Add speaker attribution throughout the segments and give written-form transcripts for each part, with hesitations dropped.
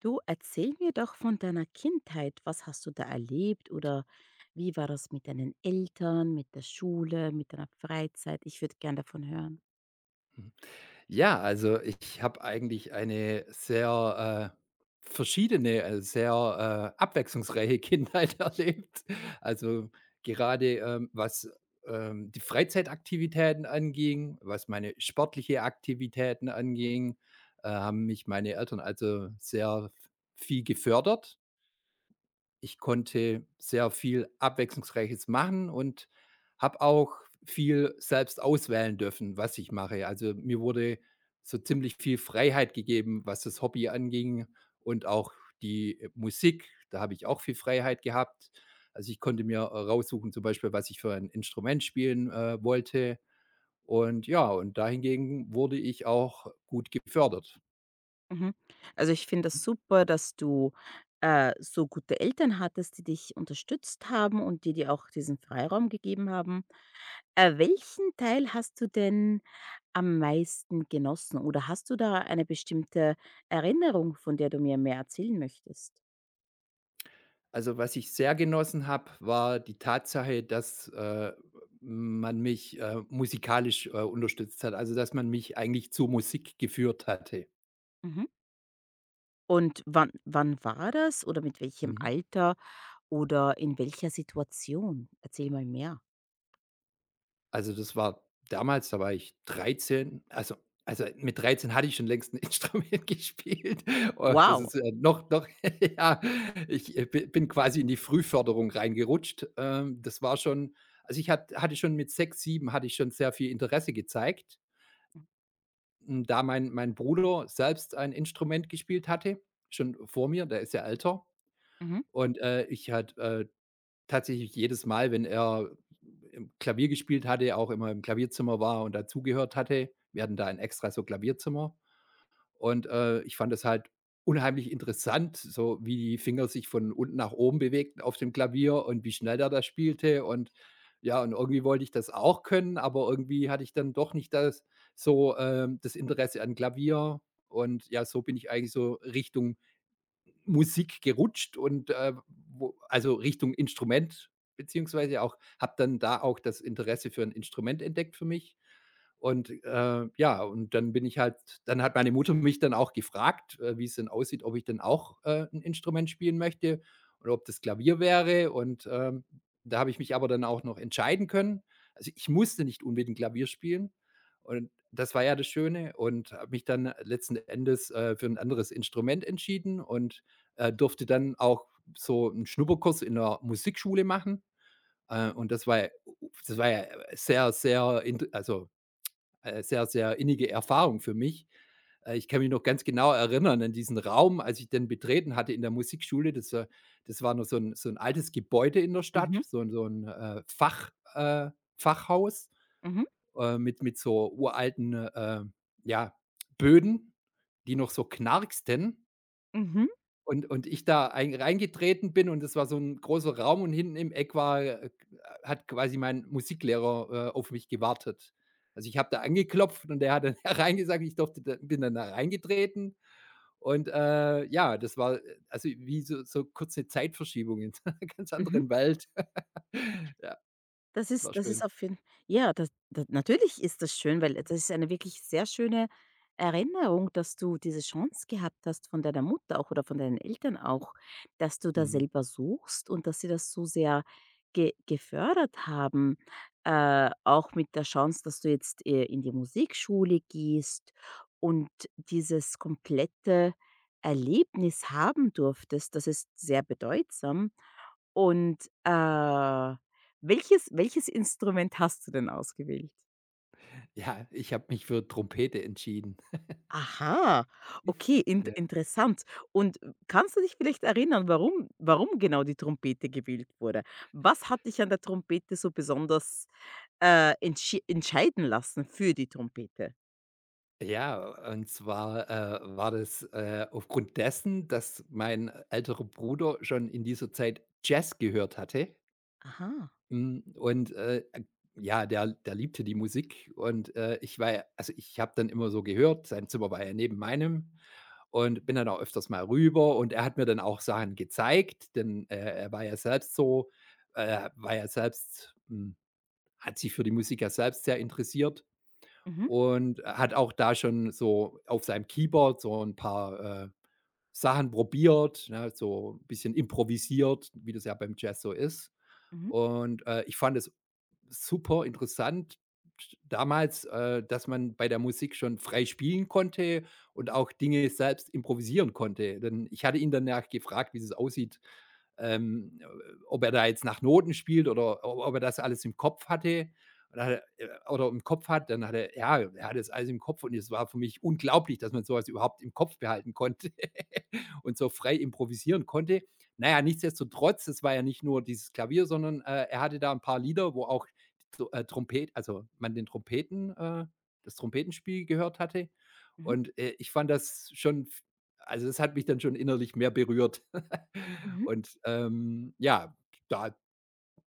Speaker 1: Du, erzähl mir doch von deiner Kindheit. Was hast du da erlebt oder wie war das mit deinen Eltern, mit der Schule, mit deiner Freizeit? Ich würde gern davon hören.
Speaker 2: Ja, also ich habe eigentlich eine sehr, verschiedene, sehr, abwechslungsreiche Kindheit erlebt. Also gerade, was, die Freizeitaktivitäten anging, was meine sportliche Aktivitäten anging, haben mich meine Eltern also sehr viel gefördert. Ich konnte sehr viel Abwechslungsreiches machen und habe auch viel selbst auswählen dürfen, was ich mache. Also, mir wurde so ziemlich viel Freiheit gegeben, was das Hobby anging und auch die Musik, da habe ich auch viel Freiheit gehabt. Also, ich konnte mir raussuchen, zum Beispiel, was ich für ein Instrument spielen wollte. Und ja, und dahingegen wurde ich auch gut gefördert.
Speaker 1: Mhm. Also ich finde das super, dass du so gute Eltern hattest, die dich unterstützt haben und die dir auch diesen Freiraum gegeben haben. Welchen Teil hast du denn am meisten genossen oder hast du da eine bestimmte Erinnerung, von der du mir mehr erzählen möchtest?
Speaker 2: Also, was ich sehr genossen habe, war die Tatsache, dass man mich musikalisch unterstützt hat, also, dass man mich eigentlich zur Musik geführt hatte.
Speaker 1: Und wann war das oder mit welchem
Speaker 2: Mhm.
Speaker 1: Alter oder in welcher Situation? Erzähl mal mehr.
Speaker 2: Also, das war damals, da war ich 13. Also, mit 13 hatte ich schon längst ein Instrument gespielt. Oh, das
Speaker 1: Wow.
Speaker 2: ist noch ja, ich, bi bin quasi in die Frühförderung reingerutscht. Das war schon also, ich hatte schon mit 6, 7 hatte ich schon sehr viel Interesse gezeigt. Da mein Bruder selbst ein Instrument gespielt hatte, schon vor mir, der ist ja älter.
Speaker 1: Mhm.
Speaker 2: Und ich halt tatsächlich jedes Mal, wenn er im Klavier gespielt hatte, auch immer im Klavierzimmer war und dazugehört hatte. Wir hatten da ein extra so Klavierzimmer. Und ich fand es halt unheimlich interessant, so wie die Finger sich von unten nach oben bewegten auf dem Klavier und wie schnell der das spielte und ja, und irgendwie wollte ich das auch können, aber irgendwie hatte ich dann doch nicht das Interesse an Klavier und ja, so bin ich eigentlich so Richtung Musik gerutscht und wo also Richtung Instrument beziehungsweise auch habe dann da auch das Interesse für ein Instrument entdeckt für mich. Und ja, und dann bin ich halt dann hat meine Mutter mich dann auch gefragt wie es denn aussieht, ob ich denn auch 'n Instrument spielen möchte oder ob das Klavier wäre. Und da habe ich mich aber dann auch noch entscheiden können. Also, ich musste nicht unbedingt Klavier spielen und das war ja das Schöne und habe mich dann letzten Endes für ein anderes Instrument entschieden und durfte dann auch so einen Schnupperkurs in der Musikschule machen und Das war ja sehr, sehr innige Erfahrung für mich. Ich kann mich noch ganz genau erinnern an diesen Raum, als ich den betreten hatte in der Musikschule. Das war noch so ein altes Gebäude in der Stadt,
Speaker 1: Mhm.
Speaker 2: so ein so 'n, Fach Fachhaus,
Speaker 1: Mhm.
Speaker 2: äh, mit so uralten, ja, Böden, die noch so knarksten.
Speaker 1: Mhm. Mhm.
Speaker 2: Und ich da ein reingetreten bin und es war so ein großer Raum und hinten im Eck war hat quasi mein Musiklehrer auf mich gewartet. Also, ich habe da angeklopft und der hat dann hereingesagt, ich durfte da bin dann da reingetreten und ja, das war also, wie so kurz 'ne Zeitverschiebung in so ganz
Speaker 1: Mhm.
Speaker 2: anderen Welt. Ja,
Speaker 1: Das
Speaker 2: das war
Speaker 1: ist,
Speaker 2: schön.
Speaker 1: auf jeden Fall, ja, das, da natürlich, ist das schön, weil das ist eine wirklich sehr schöne Erinnerung, dass du diese Chance gehabt hast von deiner Mutter auch oder von deinen Eltern auch, dass du da
Speaker 2: Mhm.
Speaker 1: selber suchst und dass sie das so sehr ge gefördert haben, auch mit der Chance, dass du jetzt, in die Musikschule gehst und dieses komplette Erlebnis haben durftest. Das ist sehr bedeutsam. Und, welches Instrument hast du denn ausgewählt?
Speaker 2: Ja, ich habe mich für Trompete entschieden.
Speaker 1: Aha, okay. Interessant. Und, kannst du dich vielleicht erinnern, warum genau die Trompete gewählt wurde? Was hat dich an der Trompete so besonders, entschi entscheiden lassen für die Trompete?
Speaker 2: Ja, und zwar war das aufgrund dessen, dass mein älterer Bruder schon in dieser Zeit Jazz gehört hatte,
Speaker 1: Aha.
Speaker 2: hm, und ja, der liebte die Musik und ich war ja also, ich habe dann immer so gehört, sein Zimmer war ja neben meinem und bin dann auch öfters mal rüber und er hat mir dann auch Sachen gezeigt, denn er war ja selbst hm, hat sich für die Musik ja selbst sehr interessiert
Speaker 1: Mhm,
Speaker 2: und hat auch da schon so auf seinem Keyboard so ein paar Sachen probiert, ne, so ein bisschen improvisiert, wie das ja beim Jazz so ist.
Speaker 1: mhm,
Speaker 2: Und ich fand es super interessant damals dass man bei der Musik schon frei spielen konnte und auch Dinge selbst improvisieren konnte. Denn ich hatte ihn danach gefragt, wie es aussieht, ähm, ob er da jetzt nach Noten spielt oder o ob er das alles im Kopf hatte. Und dann hat er ja, er hat das alles im Kopf und es war für mich unglaublich, dass man so was überhaupt im Kopf behalten konnte und so frei improvisieren konnte. Naja, nichtsdestotrotz, es war ja nicht nur dieses Klavier, sondern er hatte da ein paar Lieder, wo auch so Trompet, also man den Trompeten, das Trompetenspiel gehört hatte.
Speaker 1: mhm,
Speaker 2: Und ich fand das schon, also das hat mich dann schon innerlich mehr berührt.
Speaker 1: mhm.
Speaker 2: Und ja, da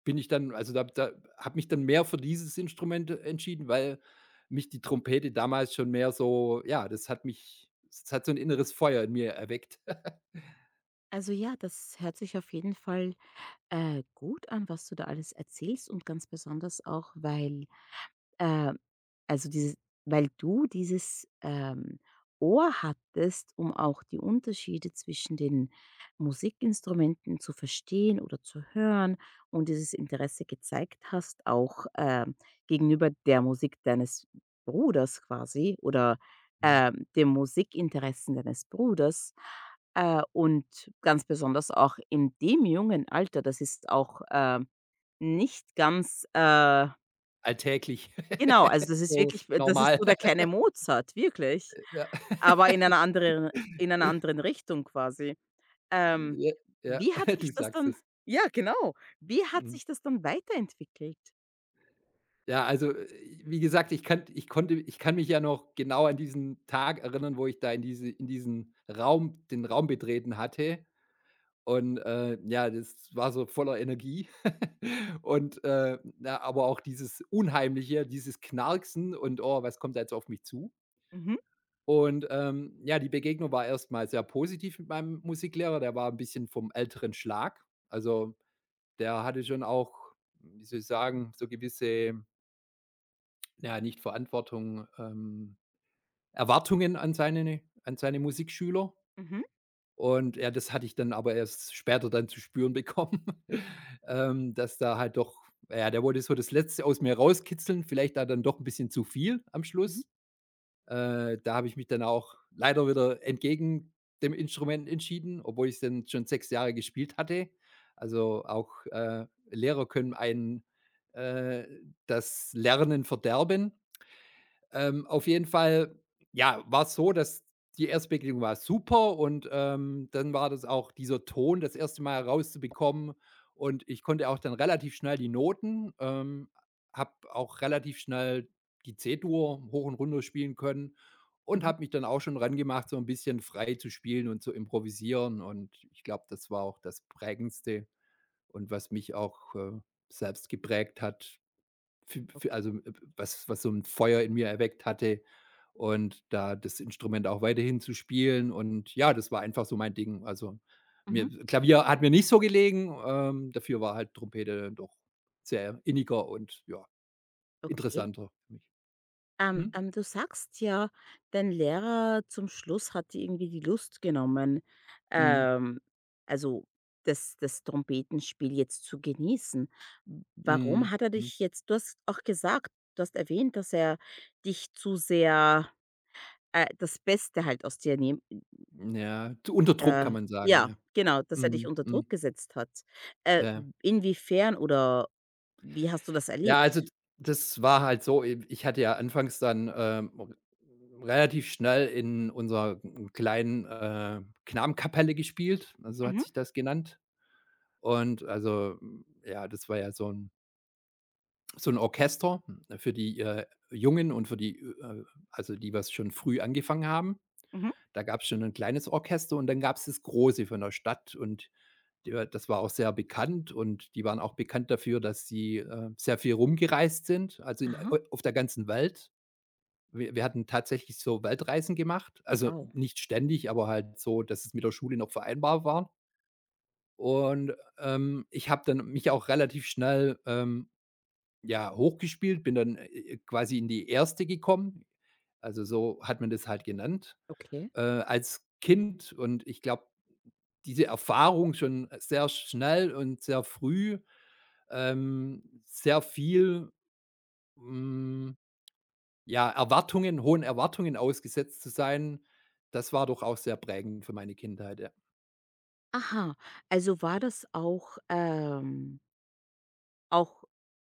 Speaker 2: bin ich dann, also da, da habe mich dann mehr für dieses Instrument entschieden, weil mich die Trompete damals schon mehr so, ja, das hat so ein inneres Feuer in mir erweckt.
Speaker 1: Also ja, das hört sich auf jeden Fall, gut an, was du da alles erzählst, und ganz besonders auch, weil Äh, also dieses weil du dieses, Ohr hattest, um auch die Unterschiede zwischen den Musikinstrumenten zu verstehen oder zu hören und dieses Interesse gezeigt hast, auch, gegenüber der Musik deines Bruders, quasi, oder, den Musikinteressen deines Bruders. Und ganz besonders auch in dem jungen Alter, das ist auch, nicht ganz,
Speaker 2: Alltäglich,
Speaker 1: Genau, also das ist
Speaker 2: so
Speaker 1: wirklich, das ist
Speaker 2: normal.
Speaker 1: so der kleine Mozart, wirklich,
Speaker 2: Ja.
Speaker 1: aber in einer anderen, in einer anderen Richtung, quasi. Ähm,
Speaker 2: Ja, ja,
Speaker 1: wie hat
Speaker 2: du
Speaker 1: sich das
Speaker 2: sagst
Speaker 1: dann
Speaker 2: es.
Speaker 1: Ja, genau. Wie hat
Speaker 2: Mhm.
Speaker 1: sich das dann weiterentwickelt?
Speaker 2: Ja, also wie gesagt, ich kann mich ja noch genau an diesen Tag erinnern, wo ich da in diesen Raum den Raum betreten hatte und ja, das war so voller Energie und na, aber auch dieses Unheimliche, dieses Knarksen und: „Oh, was kommt da jetzt auf mich zu?“
Speaker 1: Mhm,
Speaker 2: Und ja, die Begegnung war erstmal sehr positiv mit meinem Musiklehrer. Der war ein bisschen vom älteren Schlag. Also, der hatte schon auch, wie soll ich sagen, so gewisse, ja, nicht Verantwortung, Erwartungen an seine Musikschüler.
Speaker 1: mhm.
Speaker 2: Und ja, das hatte ich dann aber erst später dann zu spüren bekommen,
Speaker 1: Okay.
Speaker 2: dass da halt doch ja, der wollte so das Letzte aus mir rauskitzeln, vielleicht da dann doch ein bisschen zu viel am
Speaker 1: Mhm.
Speaker 2: Schluss. Da habe ich mich dann auch leider wieder entgegen dem Instrument entschieden, obwohl ich's dann schon 6 Jahre gespielt hatte. Also, auch Lehrer können einen, äh, das Lernen verderben. Auf jeden Fall, ja, war es so, dass die erste Begegnung war super und dann war das auch dieser Ton das erste Mal rauszubekommen und ich konnte auch dann relativ schnell die Noten, habe auch relativ schnell die C-Dur hoch und runter spielen können und
Speaker 1: Mhm.
Speaker 2: habe mich dann auch schon ran gemacht, so ein bisschen frei zu spielen und zu improvisieren und ich glaube, das war auch das Prägendste und was mich auch selbst geprägt hat,
Speaker 1: Okay.
Speaker 2: was so ein Feuer in mir erweckt hatte und da das Instrument auch weiterhin zu spielen und ja, das war einfach so mein Ding. Also, mir
Speaker 1: Mhm.
Speaker 2: Klavier hat mir nicht so gelegen, dafür war halt Trompete doch sehr inniger und ja,
Speaker 1: Okay.
Speaker 2: interessanter für mich. Mhm.
Speaker 1: Du sagst ja, dein Lehrer zum Schluss hat dir irgendwie die Lust genommen,
Speaker 2: Mhm.
Speaker 1: ähm, also das Trompetenspiel jetzt zu genießen.
Speaker 2: Mhm.
Speaker 1: Warum hat er
Speaker 2: Mhm.
Speaker 1: dich jetzt, du hast auch gesagt, du hast erwähnt, dass er dich zu sehr, das Beste halt aus dir nimmt.
Speaker 2: Ja, zu unter Druck
Speaker 1: Äh,
Speaker 2: kann man sagen,
Speaker 1: ja,
Speaker 2: ja.
Speaker 1: genau, dass er dich
Speaker 2: Mhm.
Speaker 1: unter Druck
Speaker 2: Mhm.
Speaker 1: gesetzt hat.
Speaker 2: Ja,
Speaker 1: Äh,
Speaker 2: ja.
Speaker 1: Inwiefern oder wie hast du das
Speaker 2: Ja, also, d
Speaker 1: erlebt?
Speaker 2: das war halt so, i ich hatte ja anfangs dann, relativ schnell in unserer kleinen, Knabenkapelle gespielt, so hat
Speaker 1: Mhm,
Speaker 2: sich das genannt. Und also, ja, das war ja so ein Orchester für die Jungen und für die also, die was schon früh angefangen haben.
Speaker 1: mhm.
Speaker 2: Da gab's schon ein kleines Orchester und dann gab's das große von der Stadt und der das war auch sehr bekannt und die waren auch bekannt dafür, dass sie sehr viel rumgereist sind, also in
Speaker 1: Aha,
Speaker 2: au auf der ganzen Welt. Wir hatten tatsächlich so Weltreisen gemacht, also
Speaker 1: wow,
Speaker 2: nicht ständig, aber halt so, dass es mit der Schule noch vereinbar war. Und ich habe dann mich auch relativ schnell, ja, hochgespielt, bin dann quasi in die erste gekommen. Also so hat man das halt genannt
Speaker 1: okay.
Speaker 2: als Kind und ich glaube, diese Erfahrung schon sehr schnell und sehr früh, sehr viel, hm, ja, Erwartungen hohen Erwartungen ausgesetzt zu sein, das war doch auch sehr prägend für meine Kindheit, ja.
Speaker 1: Aha, also war das auch, auch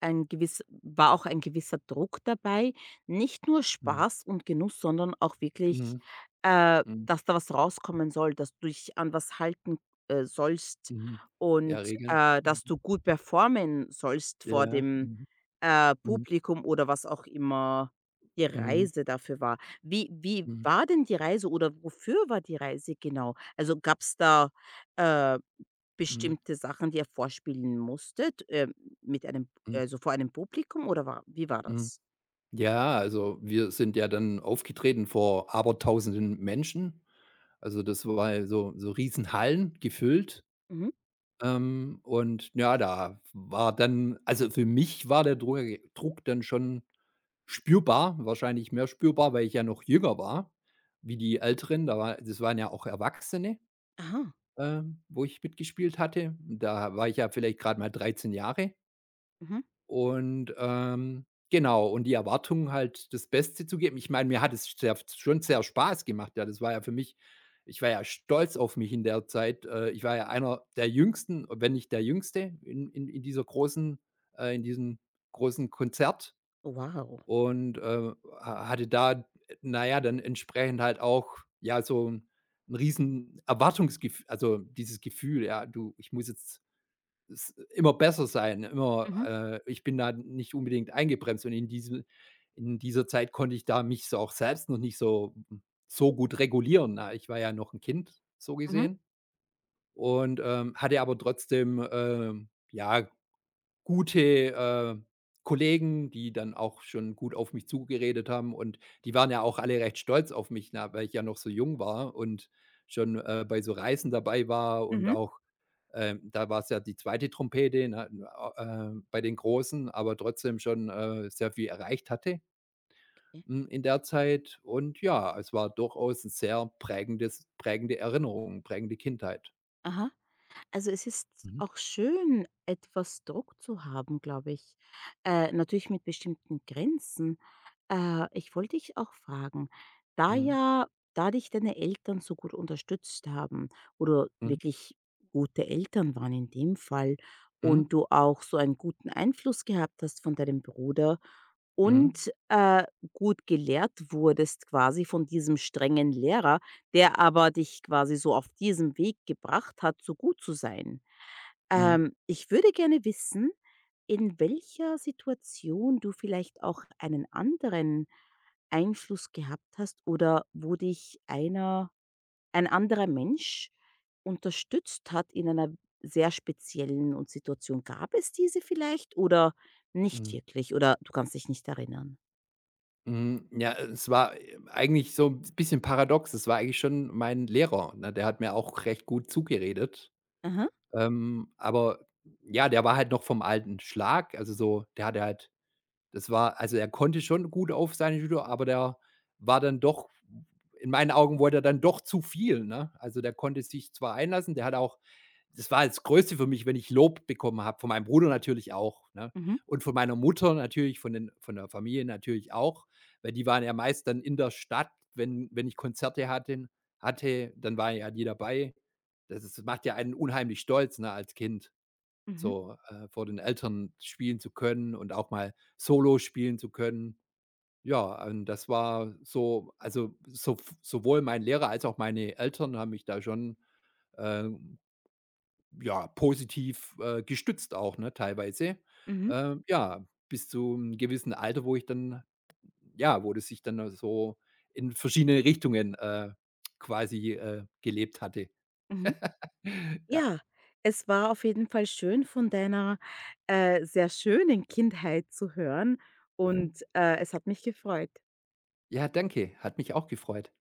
Speaker 1: ein gewiss war auch ein gewisser Druck dabei, nicht nur
Speaker 2: Mhm.
Speaker 1: Spaß und Genuss, sondern auch wirklich,
Speaker 2: Mhm. Mhm.
Speaker 1: dass da was rauskommen soll, dass du dich an was halten, sollst
Speaker 2: Mhm. Ja,
Speaker 1: und,
Speaker 2: Regeln. Mhm.
Speaker 1: dass du gut performen sollst
Speaker 2: Ja.
Speaker 1: vor
Speaker 2: Ja.
Speaker 1: dem,
Speaker 2: Mhm. Mhm.
Speaker 1: Publikum oder was auch immer die
Speaker 2: Mhm.
Speaker 1: Reise dafür war. Wie
Speaker 2: Mhm.
Speaker 1: war denn die Reise oder wofür war die Reise genau? Also, gab's da, äh
Speaker 2: Mhm.
Speaker 1: bestimmte Sachen, die ihr vorspielen musstet, mit einem,
Speaker 2: Mhm.
Speaker 1: also vor einem Publikum oder wa wie war
Speaker 2: Mhm.
Speaker 1: das?
Speaker 2: Ja, also, wir sind ja dann aufgetreten vor Abertausenden Menschen. Also, das war ja so Riesenhallen gefüllt.
Speaker 1: Mhm.
Speaker 2: Und ja, da war dann also, für mich war der Druck dann schon spürbar, wahrscheinlich mehr spürbar, weil ich ja noch jünger war wie die Älteren. Da war Das waren ja auch Erwachsene,
Speaker 1: Aha.
Speaker 2: ähm, wo ich mitgespielt hatte. Da war ich ja vielleicht gerade mal 13 Jahre.
Speaker 1: Mhm.
Speaker 2: Und genau, und die Erwartungen halt das Beste zu geben. Ich meine, mir hat es sehr schon sehr Spaß gemacht, ja. Das war ja für mich Ich war ja stolz auf mich in der Zeit. Ich war ja einer der Jüngsten, wenn nicht der Jüngste in diesem großen Konzert
Speaker 1: Wow.
Speaker 2: und ha hatte da, na ja, dann entsprechend halt auch, ja, so ein riesen Erwartungsgef also, dieses Gefühl, ja, du, ich muss jetzt s immer besser sein, immer
Speaker 1: Mhm.
Speaker 2: ich bin da nicht unbedingt eingebremst und in dieser Zeit konnte ich da mich so auch selbst noch nicht so gut regulieren. Ah, ich war ja noch ein Kind so
Speaker 1: Mhm.
Speaker 2: gesehen und hatte aber trotzdem, ja gute, Kollegen, die dann auch schon gut auf mich zugeredet haben und die waren ja auch alle recht stolz auf mich, na, weil ich ja noch so jung war und schon, bei so Reisen dabei war und
Speaker 1: Mhm.
Speaker 2: auch, da war es ja die zweite Trompete, ne, äh,, bei den Großen, aber trotzdem schon sehr viel erreicht hatte,
Speaker 1: Okay.
Speaker 2: hm, in der Zeit. Und ja, es war durchaus 'n sehr prägende Erinnerung, prägende Kindheit.
Speaker 1: Aha. Also, es ist
Speaker 2: Mhm.
Speaker 1: auch schön, etwas Druck zu haben, glaube ich, natürlich mit bestimmten Grenzen. Ich wollte dich auch fragen, da
Speaker 2: Mhm.
Speaker 1: ja, da dich deine Eltern so gut unterstützt haben oder
Speaker 2: Mhm.
Speaker 1: wirklich gute Eltern waren in dem Fall
Speaker 2: Mhm.
Speaker 1: und du auch so einen guten Einfluss gehabt hast von deinem Bruder
Speaker 2: Mhm.
Speaker 1: und, gut gelehrt wurdest, quasi, von diesem strengen Lehrer, der aber dich, quasi, so auf diesem Weg gebracht hat, so gut zu sein.
Speaker 2: Mhm.
Speaker 1: Ich würde gerne wissen, in welcher Situation du vielleicht auch einen anderen Einfluss gehabt hast oder wo dich ein anderer Mensch unterstützt hat in einer sehr speziellen und Situation. Gab es diese vielleicht oder nicht
Speaker 2: Mhm.
Speaker 1: wirklich? Oder du kannst dich nicht erinnern?
Speaker 2: Ja, es war eigentlich so ein bisschen paradox. Es war eigentlich schon mein Lehrer, ne? Der hat mir auch recht gut zugeredet.
Speaker 1: Aha.
Speaker 2: Aber ja, der war halt noch vom alten Schlag. Also so der hatte halt das war also, er konnte schon gut auf seine Judo, aber der war dann doch in meinen Augen wollte er dann doch zu viel, ne? Also, der konnte sich zwar einlassen, der hat auch das war das Größte für mich, wenn ich Lob bekommen habe, von meinem Bruder natürlich auch, ne?
Speaker 1: Mhm.
Speaker 2: Und von meiner Mutter natürlich, von der Familie natürlich auch, weil die waren ja meist dann in der Stadt, wenn ich Konzerte hatte, dann war ja die dabei. Das ist Macht ja einen unheimlich stolz, ne, als Kind
Speaker 1: Mhm.
Speaker 2: so, vor den Eltern spielen zu können und auch mal Solo spielen zu können. Ja, und das war so also, sowohl mein Lehrer als auch meine Eltern haben mich da schon, ähm, ja, positiv, gestützt auch, ne, teilweise.
Speaker 1: Mhm.
Speaker 2: Ja, bis zu einem gewissen Alter, wo das sich dann so in verschiedene Richtungen, quasi, gelebt hatte.
Speaker 1: Mhm.
Speaker 2: Ja.
Speaker 1: Ja, es war auf jeden Fall schön, von deiner, sehr schönen Kindheit zu hören
Speaker 2: Mhm.
Speaker 1: und, es hat mich gefreut.
Speaker 2: Ja, danke. Hat mich auch gefreut.